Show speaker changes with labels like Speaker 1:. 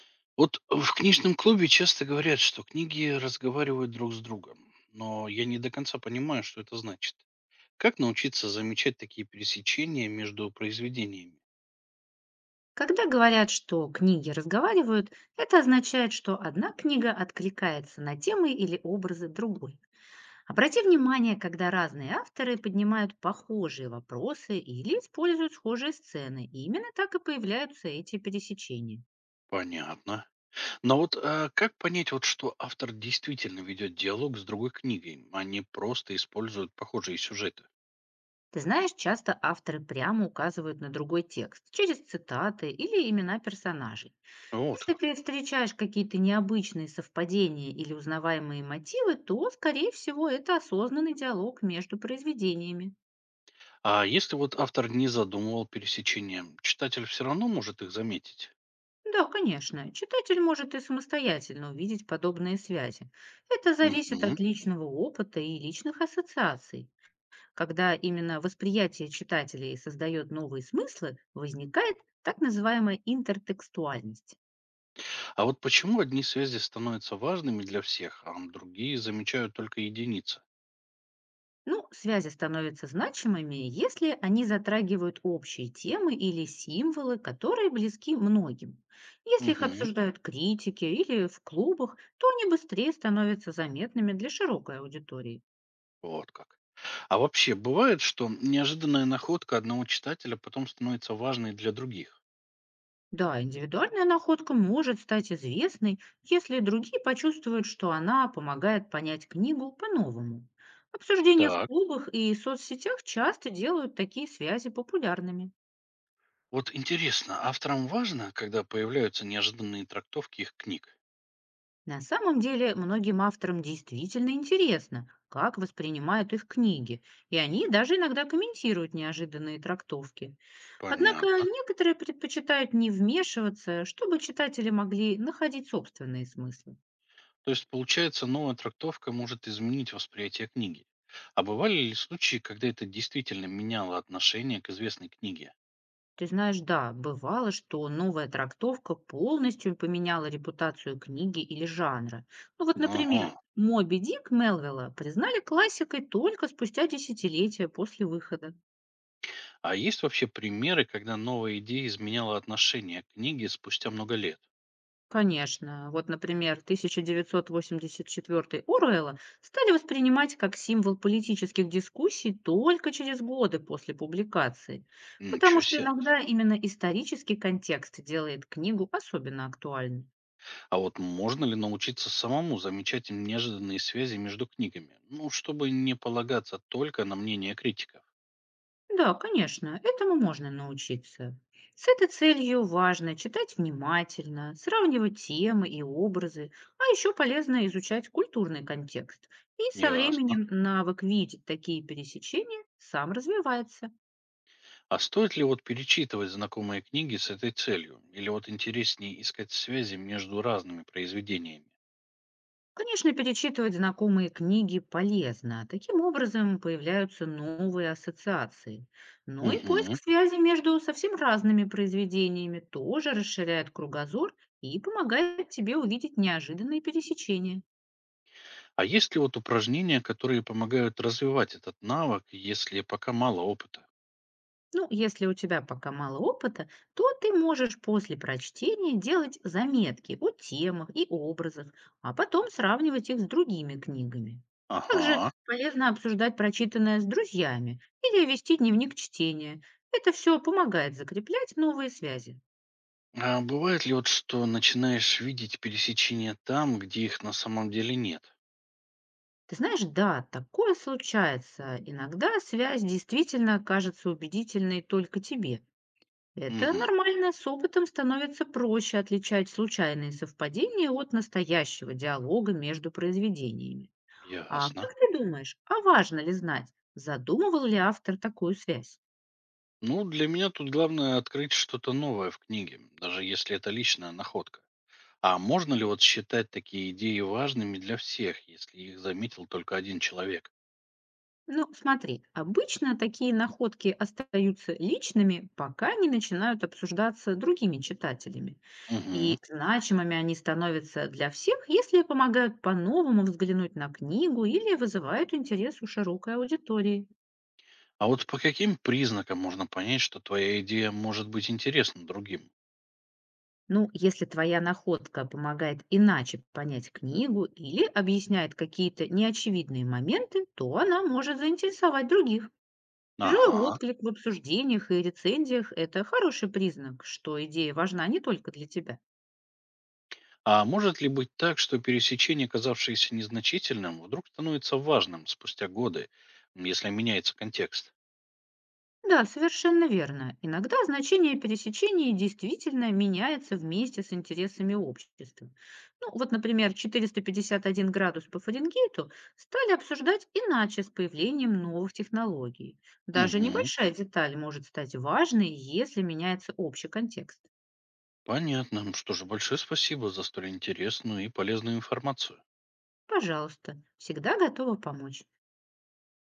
Speaker 1: Вот в книжном клубе часто говорят, что книги разговаривают друг с другом, но я не до конца понимаю, что это значит. Как научиться замечать такие пересечения между произведениями?
Speaker 2: Когда говорят, что книги разговаривают, это означает, что одна книга откликается на темы или образы другой. Обрати внимание, когда разные авторы поднимают похожие вопросы или используют схожие сцены, и именно так и появляются эти пересечения.
Speaker 1: Понятно. Но как понять, что автор действительно ведет диалог с другой книгой, а не просто использует похожие сюжеты?
Speaker 2: Ты знаешь, часто авторы прямо указывают на другой текст через цитаты или имена персонажей.
Speaker 1: Вот
Speaker 2: Если
Speaker 1: как.
Speaker 2: ты встречаешь какие-то необычные совпадения или узнаваемые мотивы, то, скорее всего, это осознанный диалог между произведениями.
Speaker 1: А если автор не задумывал пересечения, читатель все равно может их заметить?
Speaker 2: Да, конечно, читатель может и самостоятельно увидеть подобные связи. Это зависит
Speaker 1: Мгм.
Speaker 2: от личного опыта и личных ассоциаций. Когда именно восприятие читателей создает новые смыслы, возникает так называемая интертекстуальность.
Speaker 1: А вот почему одни связи становятся важными для всех, а другие замечают только единицы?
Speaker 2: Ну, связи становятся значимыми, если они затрагивают общие темы или символы, которые близки многим. Если их
Speaker 1: Угу,
Speaker 2: обсуждают критики или в клубах, то они быстрее становятся заметными для широкой аудитории.
Speaker 1: вот как. А вообще, бывает, что неожиданная находка одного читателя потом становится важной для других?
Speaker 2: Да, индивидуальная находка может стать известной, если другие почувствуют, что она помогает понять книгу по-новому. Обсуждения в
Speaker 1: Так.
Speaker 2: клубах и соцсетях часто делают такие связи популярными.
Speaker 1: Вот интересно, авторам важно, когда появляются неожиданные трактовки их книг?
Speaker 2: На самом деле, многим авторам действительно интересно, как воспринимают их книги, и они даже иногда комментируют неожиданные трактовки. Однако
Speaker 1: Понятно.
Speaker 2: некоторые предпочитают не вмешиваться, чтобы читатели могли находить собственные смыслы.
Speaker 1: То есть, получается, новая трактовка может изменить восприятие книги. А бывали ли случаи, когда это действительно меняло отношение к известной книге?
Speaker 2: Ты знаешь, да, бывало, что новая трактовка полностью поменяла репутацию книги или жанра. Ну вот,
Speaker 1: Ага.
Speaker 2: например, «Моби Дик» Мелвилла признали классикой только спустя десятилетия после выхода.
Speaker 1: А есть вообще примеры, когда новая идея изменяла отношение к книге спустя много лет?
Speaker 2: Конечно. Вот, например, 1984 Оруэлла стали воспринимать как символ политических дискуссий только через годы после публикации,
Speaker 1: Ничего
Speaker 2: потому что
Speaker 1: себе.
Speaker 2: иногда именно исторический контекст делает книгу особенно актуальной.
Speaker 1: А вот можно ли научиться самому замечать неожиданные связи между книгами? Ну, чтобы не полагаться только на мнение критиков.
Speaker 2: Да, конечно, этому можно научиться. С этой целью важно читать внимательно, сравнивать темы и образы, а еще полезно изучать культурный контекст. И со
Speaker 1: Ясно.
Speaker 2: временем навык видеть такие пересечения сам развивается.
Speaker 1: А стоит ли перечитывать знакомые книги с этой целью? Или вот интереснее искать связи между разными произведениями?
Speaker 2: Конечно, перечитывать знакомые книги полезно. Таким образом появляются новые ассоциации. Но и поиск
Speaker 1: Мгм.
Speaker 2: связи между совсем разными произведениями тоже расширяет кругозор и помогает тебе увидеть неожиданные пересечения.
Speaker 1: А есть ли упражнения, которые помогают развивать этот навык, если пока мало опыта?
Speaker 2: Ну, если у тебя пока мало опыта, то ты можешь после прочтения делать заметки о темах и образах, а потом сравнивать их с другими книгами. Также
Speaker 1: Ага.
Speaker 2: полезно обсуждать прочитанное с друзьями или вести дневник чтения. Это все помогает закреплять новые связи.
Speaker 1: А бывает ли что начинаешь видеть пересечения там, где их на самом деле нет?
Speaker 2: Ты знаешь, да, такое случается. Иногда связь действительно кажется убедительной только тебе. Это
Speaker 1: Угу,
Speaker 2: нормально, с опытом становится проще отличать случайные совпадения от настоящего диалога между произведениями. А
Speaker 1: ясно.
Speaker 2: как ты думаешь, а важно ли знать, задумывал ли автор такую связь?
Speaker 1: Ну, для меня тут главное открыть что-то новое в книге, даже если это личная находка. А можно ли считать такие идеи важными для всех, если их заметил только один человек?
Speaker 2: Ну, смотри, обычно такие находки остаются личными, пока не начинают обсуждаться другими читателями.
Speaker 1: Угу.
Speaker 2: И значимыми они становятся для всех, если помогают по-новому взглянуть на книгу или вызывают интерес у широкой аудитории.
Speaker 1: А вот по каким признакам можно понять, что твоя идея может быть интересна другим?
Speaker 2: Ну, если твоя находка помогает иначе понять книгу или объясняет какие-то неочевидные моменты, то она может заинтересовать других. Живой
Speaker 1: Ага.
Speaker 2: отклик в обсуждениях и рецензиях — это хороший признак, что идея важна не только для тебя.
Speaker 1: А может ли быть так, что пересечение, казавшееся незначительным, вдруг становится важным спустя годы, если меняется контекст?
Speaker 2: Да, совершенно верно. Иногда значение пересечений действительно меняется вместе с интересами общества. Ну, вот, например, 451 градус по Фаренгейту стали обсуждать иначе с появлением новых технологий. Даже
Speaker 1: Угу,
Speaker 2: небольшая деталь может стать важной, если меняется общий контекст.
Speaker 1: понятно. Что же, большое спасибо за столь интересную и полезную информацию.
Speaker 2: Пожалуйста, всегда готова помочь.